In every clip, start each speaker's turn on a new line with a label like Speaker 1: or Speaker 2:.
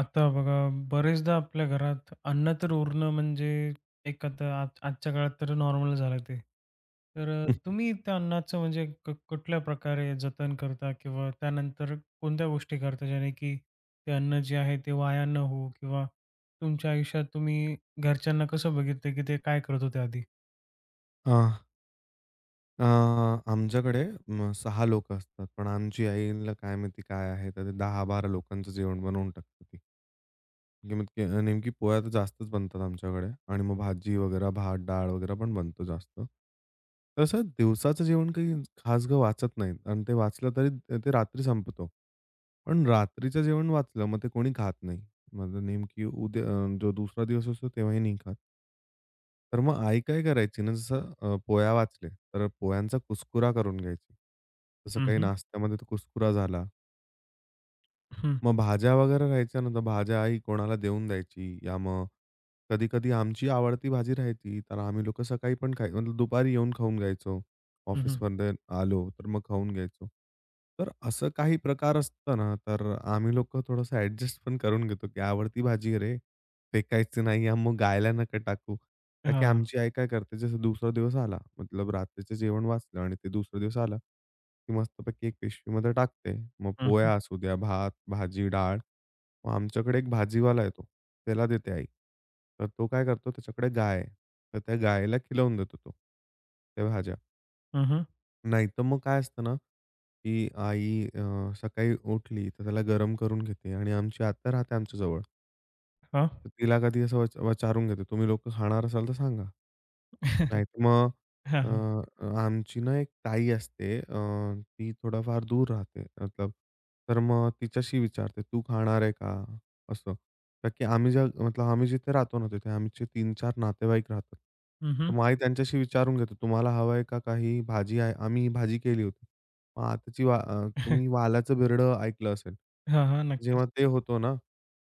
Speaker 1: आता बघा, बरेचदा आपल्या घरात अन्न तर उरणं म्हणजे एक आता आज आजच्या काळात तर नॉर्मल झालं ते. तर तुम्ही त्या अन्नाचं म्हणजे कुठल्या प्रकारे जतन करता किंवा त्यानंतर कोणत्या गोष्टी करता ज्याने की ते अन्न जे आहे ते वाया न हो किंवा तुमच्या आयुष्यात तुम्ही घरच्यांना कसं बघितलं की ते काय करत होते आधी?
Speaker 2: अ, अ, आमच्याकडे 6 लोकं असतात. पण आमची आईला काय माहिती काय आहे, तर ते 10-12 लोकांचं जेवण बनवून टाकते ती. नेमकी पोळ्या तर जास्तच बनतात आमच्याकडे आणि मग भाजी वगैरे, भात, डाळ वगैरे पण बनतो जास्त. तसं दिवसाचं जेवण काही खास काही वाचत नाही आणि ते वाचलं तरी ते ते रात्री संपतो. पण रात्रीचं जेवण वाचलं, मग ते कोणी खात नाही. मग नेमकी उद्या जो दुसरा दिवस असतो तेव्हाही नाही खात. तर मग आई काय करायची ना, जसं पोळ्या वाचले, तर पोळ्यांचा कुस्कुरा करून घ्यायची. जसं
Speaker 1: हं,
Speaker 2: काही
Speaker 1: हं.
Speaker 2: नाश्त्यामध्ये तर कुस्कुरा झाला.
Speaker 1: हं,
Speaker 2: मग भाज्या वगैरे राहायच्या ना, तर भाज्या आई कोणाला देऊन द्यायची. या मग कधी-कधी आमची आवडती भाजी राहायची, तर आम्ही लोकं सकाळी पण खाय मतलब दुपारी येऊन खाऊन घ्यायचो.
Speaker 1: हं, हं.
Speaker 2: ऑफिसमधून आलो, तर मग खाऊन घ्यायचो. तर असं काही प्रकार असतं ना, तर आम्ही लोकं थोडंसं ॲडजस्ट पण करून घेतो, की आवडती भाजी आहे रे, फेकायची नाही मग गायला नका टाकू. का की
Speaker 1: हां.
Speaker 2: आमची आई काय करते, जसं दुसरा दिवस आला, मतलब रात्रीचं जेवण वाचलं आणि ते दुसरा दिवस आला, की मस्तपैकी एक पिशवीमध्ये टाकते. मग
Speaker 1: हं, हं.
Speaker 2: पोळ्या असू द्या, भात, भाजी, डाळ. मग आमच्याकडे एक भाजीवाला येतो, त्याला देते आई. तर तो काय करतो, त्याच्याकडे गाय आहे. तर त्या गायीला खिलवून देतो तो, त्या भाज्या.
Speaker 1: हं, हं.
Speaker 2: नाहीतर मग काय असतं ना, की आई सकाळी उठली, तर त्याला गरम करून घेते आणि आमची आत्या राहते आमच्याजवळ.
Speaker 1: हां.
Speaker 2: तर तिला कधी असं विचारून घेतो, "तुम्ही लोकं खाणार असाल तर सांगा."
Speaker 1: हां,
Speaker 2: नाहीतर मग अ, आमची ना एक ताई असते ती थोडंफार दूर राहते मतलब तर मग तिच्याशी विचारते, "तू खाणार आहे का?" असं. का की आम्ही ज्या मतलब आम्ही जिथे राहतो ना, तिथे आमचे 3-4 नातेवाईक राहतात. तर मग आई त्यांच्याशी विचारून घेतो, "तुम्हाला हवं आहे का काही भाजी आहे?" आम्ही ही भाजी केली होती. मग आताची तुम्ही वालाचं बेर्डं ऐकलं असेल. जेव्हा
Speaker 1: नक्कीच.
Speaker 2: ते होतो ना,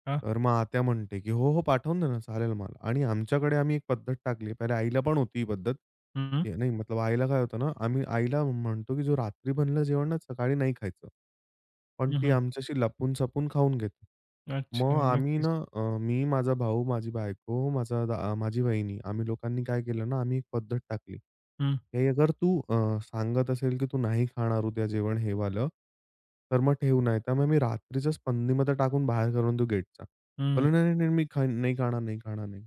Speaker 1: हां.
Speaker 2: तर मग आत्या म्हणते, की "हो, हो, पाठवून दे ना, चालेल मला." आणि आमच्याकडे आम्ही एक पद्धत टाकली. पहिले आईला पण होती ही पद्धत.
Speaker 1: हं, हं.
Speaker 2: नाही मतलब आईला काय होतं ना, आम्ही आईला म्हणतो, की "जो रात्री बनलं जेवण ना, सकाळी नाही खायचं." पण ती आमच्याशी लपून-छपून खाऊन घेते.
Speaker 1: अच्छा,
Speaker 2: मग आम्ही
Speaker 1: नक्कीच.
Speaker 2: ना मी, माझा भाऊ, माझी बायको, माझी वहिनी आम्ही लोकांनी काय केलं ना, आम्ही एक पद्धत टाकली,
Speaker 1: हं,
Speaker 2: की अगर तू सांगत असेल, की तू नाही खाणार उद्या जेवण हे वालं, तर मग ठेवू, नाहीतर मग मी रात्रीच्याच पंदीमध्ये टाकून बाहेर करून देऊ गेटचा.
Speaker 1: हं.
Speaker 2: बोलला, "नाही, नाही, नाही, मी नाही खाणार, नाही खाणार, नाही."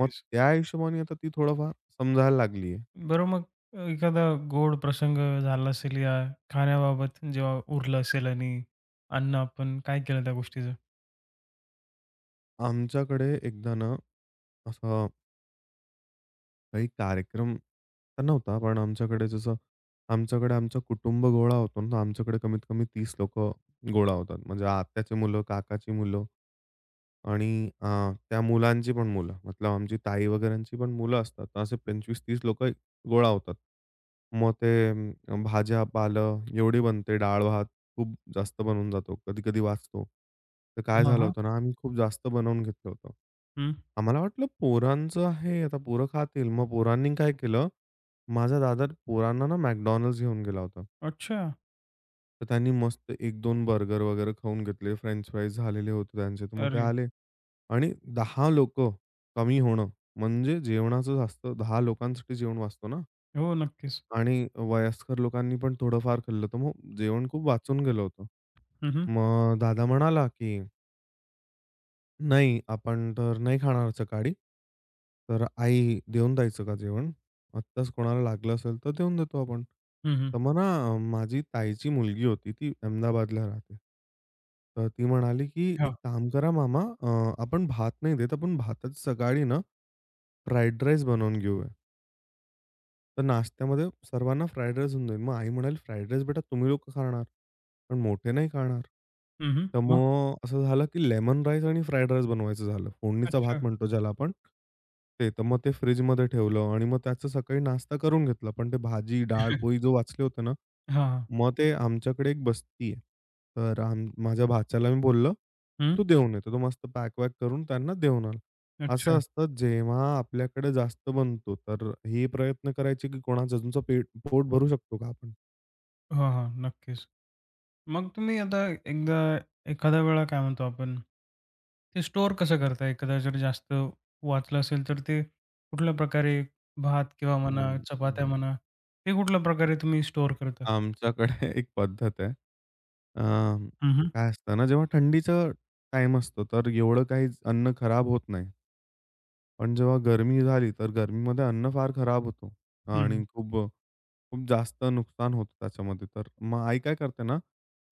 Speaker 2: मग त्या हिशोबाने आता ती थोडंफार समजायला लागली आहे.
Speaker 1: बरं मग एखादा गोड प्रसंग झाला असेल या खाण्याबाबत जेव्हा उरलं असेल आणि अन्न आपण काय केलं त्या गोष्टीचं?
Speaker 2: आमच्याकडे एकदा ना असं काही कार्यक्रम तर नव्हता, पण आमच्याकडे जसं आमच्याकडे आमचं कुटुंब गोळा होतो ना, आमच्याकडे कमीत कमी 30 लोक गोळा होतात. म्हणजे आत्याचे मुलं, काकाची मुलं, आणि अ, त्या मुलांची पण मुलं, मतलब आमची ताई वगैरेंची पण मुलं असतात. तर असे 25-30 लोकं गोळा होतात. मग ते भाज्या, पालं एवढी बनते. डाळ-भात खूप जास्त बनवून जातो. कधी-कधी वाचतो. तर काय
Speaker 1: हां,
Speaker 2: झालं
Speaker 1: हां.
Speaker 2: होतं ना, आम्ही खूप जास्त बनवून घेतलं होतं.
Speaker 1: हं.
Speaker 2: आम्हाला वाटलं पोरांचं आहे, आता पोरं खातील. मग पोरांनी काय केलं, माझा दादा पोरांना ना McDonald's घेऊन गेला होता.
Speaker 1: अच्छा.
Speaker 2: तर त्यांनी मस्त एक दोन बर्गर वगैरे खाऊन घेतले. फ्रेंच फ्राईज झालेले होते त्यांचे. तर मग ते
Speaker 1: अरे!
Speaker 2: आले आणि 10 लोकं कमी होणं म्हणजे जेवणाचं जास्त 10 लोकांसाठी जेवण वाचतो ना
Speaker 1: हो, नक्कीच.
Speaker 2: आणि वयस्कर लोकांनी पण थोडंफार खाल्लं, तर मग जेवण खूप वाचून गेलं होतं.
Speaker 1: हं, हं.
Speaker 2: मग दादा म्हणाला, की नाही, आपण तर नाही खाणार सकाळी. तर आई देऊन द्यायचं का जेवण? आत्ताच कोणाला लागलं असेल तर देऊन देतो आपण.
Speaker 1: हं, हं.
Speaker 2: तर मग ना माझी ताईची मुलगी होती ती अहमदाबादला राहते. तर ती म्हणाली, की "एक
Speaker 1: हां.
Speaker 2: काम करा मामा आपण भात नाही देत आपण भाताची सकाळी ना फ्राईड राईस बनवून घेऊया." तर नाश्त्यामध्ये सर्वांना फ्राईड राईस होऊन जाईल. मग आई म्हणाली, "फ्राईड राईस बेटा तुम्ही लोकं खाणार, पण मोठे नाही खाणार."
Speaker 1: हं, हं.
Speaker 2: तर
Speaker 1: मग?
Speaker 2: मग असं झालं की लेमन राईस आणि फ्राईड राईस बनवायचं झालं. फोडणीचा भात
Speaker 1: अच्छा.
Speaker 2: म्हणतो ज्याला आपण. ते तर मग ते फ्रिजमध्ये ठेवलं आणि मग त्याचा सकाळी नाश्ता करून घेतला. पण ते भाजी, डाळ, पोळी जो वाचले होते ना,
Speaker 1: हां, हां.
Speaker 2: मग ते आमच्याकडे एक बस्ती आहे. तर माझ्या भाच्याला मी बोललं,
Speaker 1: हं.
Speaker 2: "तू देऊन ये." तर तो मस्त पॅक-वॅक करून त्यांना देऊन आला. असं
Speaker 1: अच्छा.
Speaker 2: असतं जेव्हा आपल्याकडे जास्त बनतो, तर हे प्रयत्न करायचे की कोणाचं अजूनचं पेट पोट भरू शकतो का आपण?
Speaker 1: हां, हां. नक्कीच. मग तुम्ही आता एकदा एखाद्या वेळा काय म्हणतो आपण, ते स्टोअर कसं करता? एखादा जर जास्त वाचलं असेल, तर ते कुठल्या प्रकारे भात किंवा म्हणा,
Speaker 2: हं,
Speaker 1: चपात्या
Speaker 2: हं.
Speaker 1: म्हणा, ते कुठल्या प्रकारे तुम्ही स्टोअर करता?
Speaker 2: आमच्याकडे एक पद्धत आहे. अ,
Speaker 1: हं, हं.
Speaker 2: काय असतं ना, जेव्हा थंडीचं टाइम असतो, तर एवढं काही अन्न खराब होत नाही. पण जेव्हा गरमी झाली, तर गरमीमध्ये अन्न फार खराब होतो
Speaker 1: हं, हं.
Speaker 2: आणि खूप जास्त नुकसान होतं त्याच्यामध्ये. तर मग आई काय करते ना,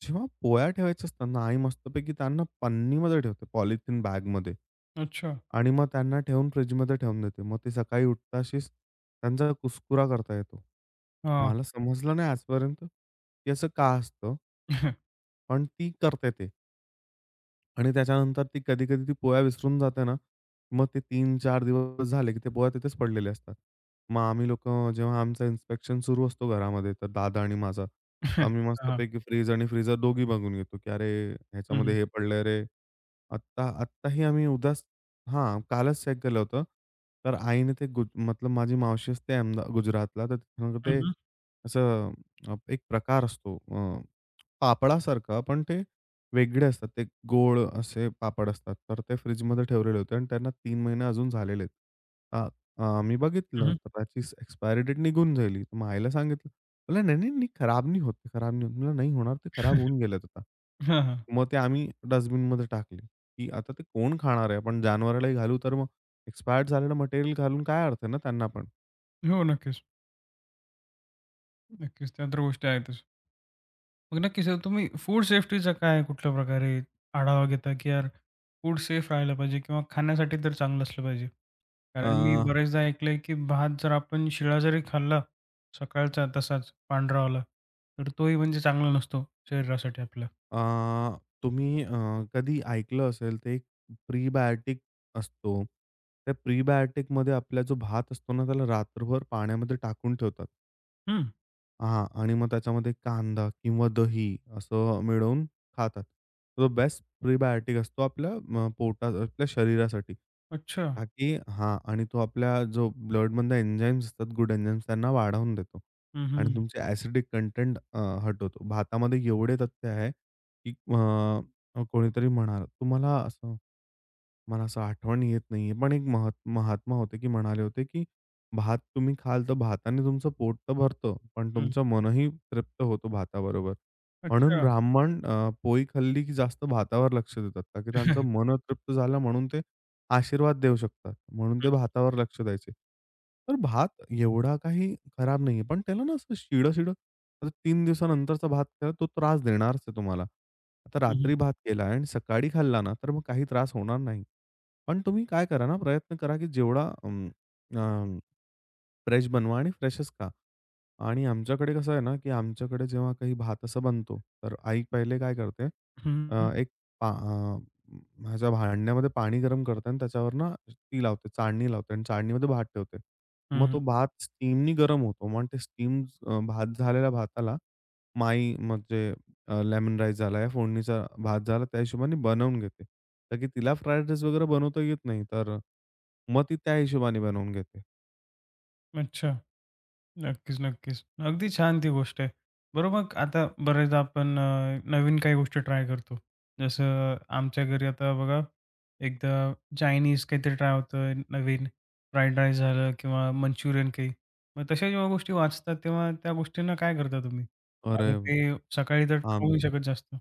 Speaker 2: जेव्हा पोळ्या ठेवायच्या असतात ना, आई मस्तपैकी त्यांना पन्नीमध्ये ठेवते, पॉलिथिन बॅगमध्ये
Speaker 1: अच्छा.
Speaker 2: आणि मग त्यांना ठेवून फ्रिजमध्ये ठेवून देते. मग ते सकाळी उठताशीच त्यांचा कुस्कुरा करता येतो.
Speaker 1: हां.
Speaker 2: मला समजलं नाही आजपर्यंत, की असं का असतं? पण ती करते ते. आणि त्याच्यानंतर ती कधी-कधी ती पोळ्या विसरून जाते ना, मग ते 3-4 दिवस झाले, की ते पोळ्या तिथेच पडलेल्या असतात. मग आम्ही लोकं जेव्हा आमचं इन्स्पेक्शन सुरू असतो घरामध्ये, तर दादा आणि माझा, आम्ही
Speaker 1: हां.
Speaker 2: मस्तपैकी फ्रीज आणि फ्रीझर दोघी बघून घेतो, की "अरे,
Speaker 1: हं, हं.
Speaker 2: ह्याच्यामध्ये हे पडलंय रे." आत्ता आत्ताही आम्ही उद्याच हां, कालच चेक केलं होतं. तर आईने ते मतलब माझी मावशी असते गुजरातला, तर तिथं
Speaker 1: हं,
Speaker 2: ते
Speaker 1: हं.
Speaker 2: असं एक प्रकार असतो पापडासारखा, पण ते वेगळे असतात. ते गोळ असे पापड असतात. तर ते फ्रिजमध्ये ठेवलेले होते आणि त्यांना 3 महिने अजून झालेले आहेत. आ आम्ही बघितलं, तर त्याची एक्सपायरी डेट निघून गेली. तर मग आईला सांगितलं. म्हणाली, "नाही, नाही, नाही, खराब नाही होत, ते, खराब नाही होत." म्हणलं, "नाही होणार, ते खराब
Speaker 1: हं,
Speaker 2: होऊन
Speaker 1: हं.
Speaker 2: गेलेत आता."
Speaker 1: हां, हां.
Speaker 2: मग ते आम्ही डस्टबिनमध्ये टाकले, की आता ते कोण खाणार आहे? आपण जनावरालाही घालू, तर मग एक्सपायर्ड झालेलं मटेरियल घालून काय अर्थ आहे ना त्यांना पण.
Speaker 1: हो, नक्कीच. नक्कीच. त्या तर गोष्टी आहेतच. मग नक्कीच सर, तुम्ही फूड सेफ्टीचा काय कुठल्या प्रकारे आढावा घेता, की यार फूड सेफ राहायला पाहिजे किंवा खाण्यासाठी तर चांगलं असलं पाहिजे? कारण मी
Speaker 2: अ,
Speaker 1: बरेचदा ऐकलंय, की भात जर आपण शिळा जरी खाल्ला सकाळचा तसाच पांढरावाला, तर तोही म्हणजे चांगला नसतो शरीरासाठी आपल्या.
Speaker 2: अ, तुम्ही कधी ऐकलं असेल ते एक प्रीबायोटिक असतो. त्या प्रीबायोटिकमध्ये आपला जो भात असतो ना, त्याला रात्रभर पाण्यामध्ये टाकून ठेवतात.
Speaker 1: हं,
Speaker 2: हां. आणि मग त्याच्यामध्ये कांदा किंवा दही असं मिळवून खातात. तो बेस्ट प्रीबायोटिक असतो आपल्या म पोटा आपल्या शरीरासाठी.
Speaker 1: अच्छा.
Speaker 2: का की हां. आणि तो आपल्या जो ब्लडमधले एन्झाइम्स असतात, गुड एन्झाइम्स त्यांना वाढवून देतो.
Speaker 1: हं,
Speaker 2: आणि
Speaker 1: हं,
Speaker 2: तुमचे ॲसिडिक कंटेंट हटवतो. भातामध्ये एवढे तथ्य आहे, की कोणीतरी म्हणाला तुम्हाला असं मला असं आठवण येत नाहीये. पण एक महात्मा होते, की म्हणाले होते, की "भात तुम्ही खाल तर भाताने तुमचं पोट तर भरतं, पण
Speaker 1: हं.
Speaker 2: तुमचं मनही तृप्त होतो भाताबरोबर." म्हणून
Speaker 1: अच्छा.
Speaker 2: ब्राह्मण पोळी खाल्ली, की जास्त भातावर लक्ष देतात. का की त्यांचं मन तृप्त झालं म्हणून ते आशीर्वाद देऊ शकतात. म्हणून
Speaker 1: हं,
Speaker 2: ते भातावर लक्ष द्यायचे. तर भात एवढा काही खराब नाहीये. पण त्याला ना असं शिडं-शिडं आता 3 दिवसानंतरचा भात खा, तो त्रास देणारच आहे तुम्हाला. आता
Speaker 1: हं,
Speaker 2: रात्री भात केला आणि सकाळी खाल्ला ना, तर मग काही त्रास होणार नाही. पण तुम्ही काय करा ना, प्रयत्न करा की जेवढा अ, फ्रेश बनवा आणि फ्रेशच खा. आणि आमच्याकडे कसं आहे ना, की आमच्याकडे जेव्हा काही भात असा बनतो, तर आई पहिले काय करते,
Speaker 1: हं,
Speaker 2: एक पा अ, माझ्या भांड्यामध्ये पाणी गरम करते आणि त्याच्यावर ना ती लावते, चाळणी लावते आणि चाळणीमध्ये भात ठेवते. मग
Speaker 1: हं,
Speaker 2: तो भात स्टीमनी गरम होतो. मग ते भात झालेल्या भाताला म्हणजे लेमन राईस झाला या फोडणीचा भात झाला, त्या हिशोबाने बनवून घेते. तर की तिला फ्राईड राईस वगैरे बनवता येत नाही, तर मग ती त्या हिशोबाने बनवून घेते.
Speaker 1: अच्छा. नक्कीच, नक्कीच. अगदी छान ती गोष्ट आहे. बरोबर मग आता बरेचदा आपण नवीन काही गोष्टी ट्राय करतो. जसं आमच्या घरी आता बघा एकदा चायनीज काहीतरी ट्राय होतं नवीन, फ्राईड राईस झालं किंवा मंचुरियन काही. मग तशा जेव्हा गोष्टी वाचतात तेव्हा त्या गोष्टींना काय करता तुम्ही?
Speaker 2: अरे
Speaker 1: आता ते सकाळी तर खाऊ
Speaker 2: आम
Speaker 1: नाही शकत जास्त.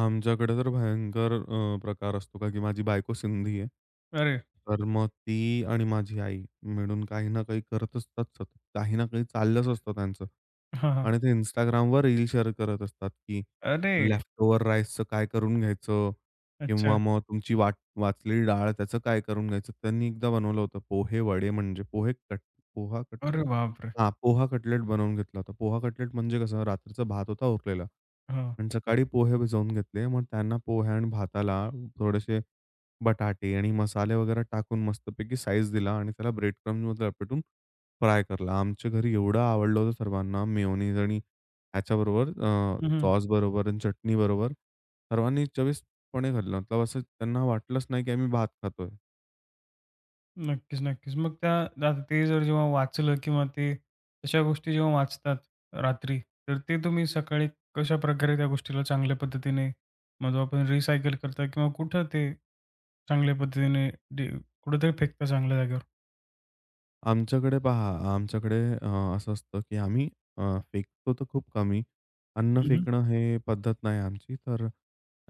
Speaker 2: आमच्याकडे तर भयंकर प्रकार असतो का की माझी बायको सिंधी आहे.
Speaker 1: अरे!
Speaker 2: तर मग ती आणि माझी आई मिळून काही ना काही करत असतात सतत. काही ना काही चाललंच असतं त्यांचं.
Speaker 1: हां, हां.
Speaker 2: आणि ते Instagramवर रील शेअर करत असतात की
Speaker 1: अरे!
Speaker 2: लेफ्ट ओव्हर राईसचं काय करून घ्यायचं?
Speaker 1: अच्छा.
Speaker 2: किंवा मग तुमची वाचलेली डाळ त्याचं काय करून घ्यायचं? त्यांनी एकदा बनवलं होतं पोहे वडे म्हणजे पोहे कट पोहा कटले?
Speaker 1: अरे बापरे!
Speaker 2: हां, पोहा कटलेट बनवून घेतला होता. पोहा कटलेट म्हणजे कसं रात्रीचा भात होता उरलेला
Speaker 1: हां.
Speaker 2: आणि सकाळी पोहे भिजवून घेतले. मग त्यांना पोहे आणि भाताला थोडेसे बटाटे आणि मसाले वगैरे टाकून मस्तपैकी साइज दिला आणि त्याला ब्रेड क्रम्बमध्ये लपेटून फ्राय करला. आमच्या घरी एवढं आवडलं होतं सर्वांना मेयोनीज आणि ह्याच्याबरोबर
Speaker 1: हं,
Speaker 2: सॉसबरोबर आणि चटणीबरोबर सर्वांनी चविष्टपणे खाल्लं. मतलब असं त्यांना वाटलंच नाही की आम्ही भात खातोय.
Speaker 1: नक्कीच, नक्कीच. मग त्या आता ते जर जेव्हा वाचलं किंवा ते तशा गोष्टी जेव्हा वाचतात रात्री, तर ते तुम्ही सकाळी कशाप्रकारे त्या गोष्टीला चांगल्या पद्धतीने मग आपण रिसायकल करता किंवा कुठं ते चांगल्या पद्धतीने डे कुठेतरी फेकता चांगल्या जागेवर?
Speaker 2: आमच्याकडे पहा, आमच्याकडे असं असतं, की आम्ही फेकतो तर खूप कमी. अन्न
Speaker 1: हं, हं.
Speaker 2: फेकणं हे पद्धत नाही आमची. तर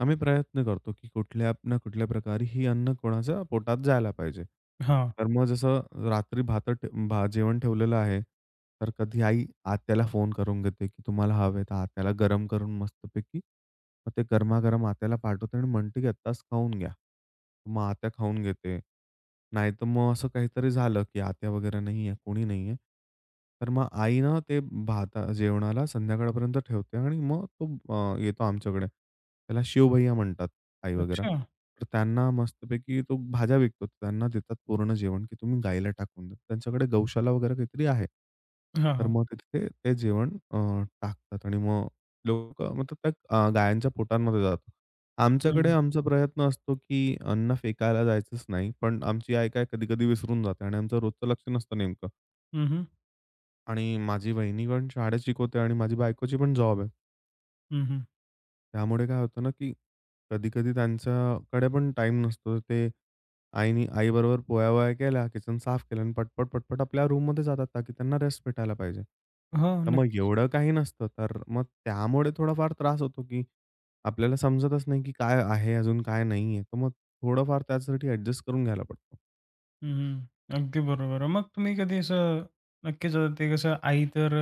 Speaker 2: आम्ही प्रयत्न करतो, की कुठल्या ना कुठल्या प्रकारे ही अन्न कोणाच्या पोटात जायला पाहिजे. तर मग जसं रात्री भात भा जेवण ठेवलेलं आहे, तर कधी आई आत्याला फोन करून घेते, की तुम्हाला हवे तर आत्याला गरम करून मस्तपैकी मग ते गरमागरम आत्याला पाठवते आणि म्हणते, की आत्ताच खाऊन घ्या. मग आत्या खाऊन घेते. नाहीतर मग असं काहीतरी झालं, की आत्या वगैरे नाहीये, कोणी नाहीये. तर मग आई ना ते भाता जेवणाला संध्याकाळपर्यंत ठेवते आणि मग तो येतो आमच्याकडे. त्याला शिवभैया म्हणतात आई वगैरे.
Speaker 1: अच्छा.
Speaker 2: तर त्यांना मस्तपैकी तो भाज्या विकतो. त्यांना देतात पूर्ण जेवण, की तुम्ही गाईला टाकून द्या. त्यांच्याकडे गौशाला वगैरे काहीतरी आहे.
Speaker 1: हां,
Speaker 2: तर
Speaker 1: हां.
Speaker 2: मग ते तिथे ते जेवण टाकतात आणि मग लोकं मतलब त्या गायांच्या पोटांमध्ये जातं. आमच्याकडे
Speaker 1: हं.
Speaker 2: आमचा प्रयत्न असतो, की अन्न फेकायला जायचंच नाही. पण आमची आई काय कधी-कधी विसरून जाते आणि आमचं रोजचं लक्ष नसतं नेमकं.
Speaker 1: हं, हं.
Speaker 2: आणि माझी वहिनी पण शाळेत शिकवते आणि माझी बायकोची पण जॉब आहे.
Speaker 1: हं,
Speaker 2: त्यामुळे काय होतं ना, की कधी-कधी त्यांच्याकडे पण टाईम नसतो. ते आईनी आईबरोबर पोळ्या-वोळ्या केल्या, किचन साफ केलं आणि पटपट, पटपट आपल्या रूममध्ये जातात, ताकी त्यांना रेस्ट भेटायला पाहिजे.
Speaker 1: हो,
Speaker 2: तर मग
Speaker 1: नक्कीच.
Speaker 2: एवढं काही नसतं. तर मग त्यामुळे थोडाफार त्रास होतो, की आपल्याला समजतच नाही, की काय आहे अजून काय नाही आहे. तर मग थोडंफार त्यासाठी ॲडजस्ट करून घ्यायला पडतो.
Speaker 1: हं, हं. अगदी बरोबर आहे. मग तुम्ही कधी असं नक्कीच आता ते कसं आई तर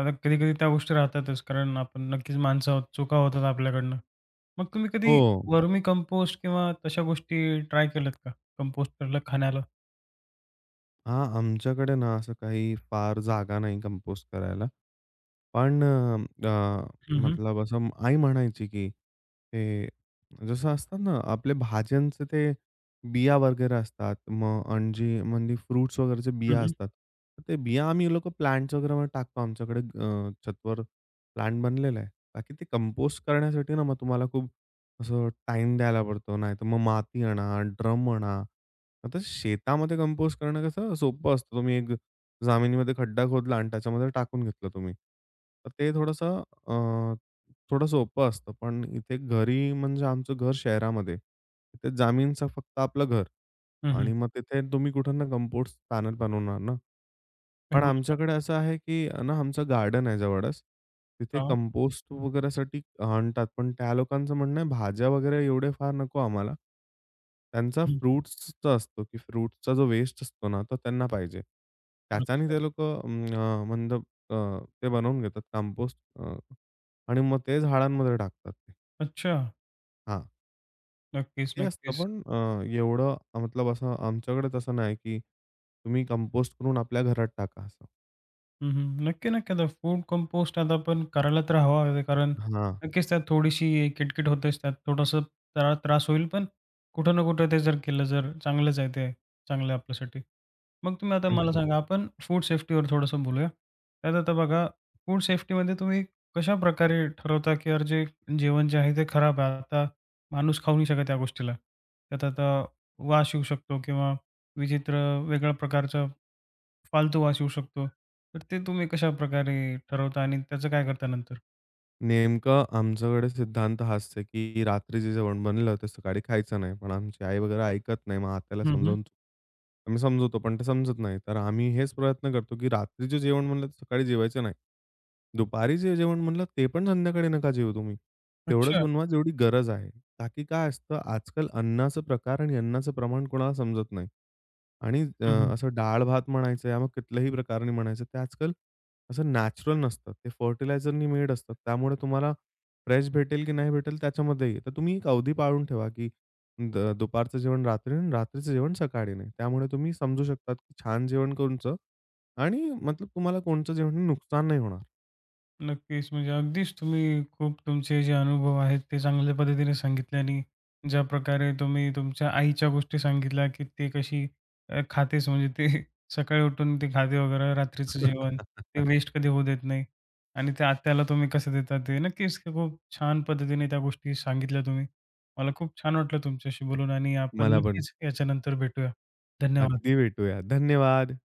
Speaker 1: आता कधी-कधी त्या गोष्टी राहतातच कारण आपण नक्कीच माणसं आहोत, चुका होतात आपल्याकडनं. मग तुम्ही
Speaker 2: हो.
Speaker 1: कधी वर्मी कंपोस्ट किंवा तशा गोष्टी ट्राय केल्यात का? कंपोस्ट केलेलं खाण्याला?
Speaker 2: हां, आमच्याकडे ना असं काही फार जागा नाही कंपोस्ट करायला. पण अ, अ,
Speaker 1: हं, हं.
Speaker 2: मतलब असं आई म्हणायची, की ते जसं असतात ना, आपले भाज्यांचे ते बिया वगैरे असतात. मग अंजी म्हणजे फ्रुट्स वगैरेचे
Speaker 1: हं,
Speaker 2: बिया
Speaker 1: हं.
Speaker 2: असतात. तर ते बिया आम्ही लोकं प्लांट्स वगैरेमध्ये टाकतो. आमच्याकडे छतवर प्लांट बनलेला आहे. ताकी ते कंपोस्ट करण्यासाठी ना, मग तुम्हाला खूप असं टाईम द्यायला पडतो. नाहीतर मग माती आणा, ड्रम आणा. आता शेतामध्ये कंपोस्ट करणं कसं सोपं असतं. तुम्ही एक जमिनीमध्ये खड्डा खोदला आणि त्याच्यामध्ये टाकून घेतलं तुम्ही. तर ते थोडं सोपं असतं. पण इथे घरी म्हणजे आमचं घर शहरामध्ये. तिथे जमीनचं फक्त आपलं घर आणि मग तिथे तुम्ही कुठं ना कंपोस्ट पॅनल बनवणार ना. पण
Speaker 1: हो.
Speaker 2: आमच्याकडे असं आहे, की ना आमचं गार्डन आहे जवळच. तिथे
Speaker 1: हां.
Speaker 2: कंपोस्ट वगैरेसाठी आणतात. पण त्या लोकांचं म्हणणं आहे, भाज्या वगैरे एवढे फार नको आम्हाला. त्यांचा
Speaker 1: हं,
Speaker 2: फ्रुट्सचा असतो, की फ्रुट्सचा जो वेस्ट असतो ना, तो त्यांना पाहिजे. त्याच्याने
Speaker 1: अच्छा.
Speaker 2: ते लोकं म्हणजे अ, ते बनवून घेतात कंपोस्ट आणि मग ते झाडांमध्ये टाकतात ते.
Speaker 1: अच्छा.
Speaker 2: हां,
Speaker 1: नक्कीच,
Speaker 2: ते असतं
Speaker 1: नक्कीच.
Speaker 2: पण एवढं मतलब असं आमच्याकडे तसं नाही, की तुम्ही कंपोस्ट करून आपल्या घरात टाका असं.
Speaker 1: हं, हं. नक्की, नक्की. आता फूड कंपोस्ट आता आपण करायला तर हवा आहे कारण
Speaker 2: हां.
Speaker 1: नक्कीच त्यात थोडीशी किटकिट होतेच. त्यात थोडासा त्रास होईल, पण कुठं ना कुठं ते जर केलं जर चांगलंच आहे ते, चांगलं आहे आपल्यासाठी. मग तुम्ही आता मला
Speaker 2: आणखीन
Speaker 1: सांगा आपण फूड सेफ्टीवर थोडंसं बोलूया. त्यात आता बघा फूड सेफ्टीमध्ये तुम्ही कशाप्रकारे ठरवता, की यार जे जेवण जे आहे ते खराब आहे. आता माणूस खाऊ नाही शकत या गोष्टीला. त्यात आता वास येऊ शकतो किंवा विचित्र वेगळ्या प्रकारचा फालतू वास येऊ शकतो. तर ते तुम्ही कशाप्रकारे ठरवता आणि त्याचं काय करता नंतर?
Speaker 2: नेमकं आमच्याकडे सिद्धांत हाच आहे, की रात्री जे जेवण बनलं ते सकाळी खायचं नाही. पण आमची आई वगैरे ऐकत नाही. मग आत्याला
Speaker 1: हं, हं.
Speaker 2: समजावून आम्ही समजवतो, पण ते समजत नाही. तर आम्ही हेच प्रयत्न करतो, की रात्री जे जेवण बनलं ते सकाळी जेवायचं नाही. दुपारी जे जेवण बनलं ते पण संध्याकाळी नका जेवू तुम्ही. तेवढंच
Speaker 1: अच्छा.
Speaker 2: बनवा जेवढी गरज आहे. ताकी काय असतं आजकाल अन्नाचा प्रकार आणि अन्नाचं प्रमाण कोणाला समजत नाही. आणि
Speaker 1: हं, हं.
Speaker 2: असं डाळ-भात म्हणायचं या मग कुठल्याही प्रकाराने म्हणायचं ते आजकाल असं नॅचरल नसतं. ते फर्टिलायझरनी मेड असतात. त्यामुळे तुम्हाला फ्रेश भेटेल की नाही भेटेल त्याच्यामध्ये आहे. तर तुम्ही एक अवधी पाळून ठेवा, की दुपारचं जेवण रात्री आणि रात्रीचं जेवण सकाळी नाही. त्यामुळे तुम्ही समजू शकतात, की छान जेवण कोणचं आणि मतलब तुम्हाला कोणचं जेवण नुकसान नाही होणार.
Speaker 1: नक्कीच. म्हणजे अगदीच तुम्ही खूप तुमचे जे अनुभव आहेत ते चांगल्या पद्धतीने सांगितले आणि ज्या प्रकारे तुम्ही तुमच्या आईच्या गोष्टी सांगितल्या, की ते कशी खातेच म्हणजे ते सकाळी उठून ते खाते वगैरे, रात्रीचं जेवण ते वेस्ट कधी होऊ देत नाही आणि त्या आत्याला तुम्ही कसं देता ते. नक्कीच खूप छान पद्धतीने त्या गोष्टी सांगितल्या तुम्ही. मला खूप छान वाटलं तुमच्याशी बोलून आणि आपण
Speaker 2: मला पण.
Speaker 1: नक्कीच याच्यानंतर भेटूया. धन्यवाद.
Speaker 2: अगदी भेटूया. धन्यवाद.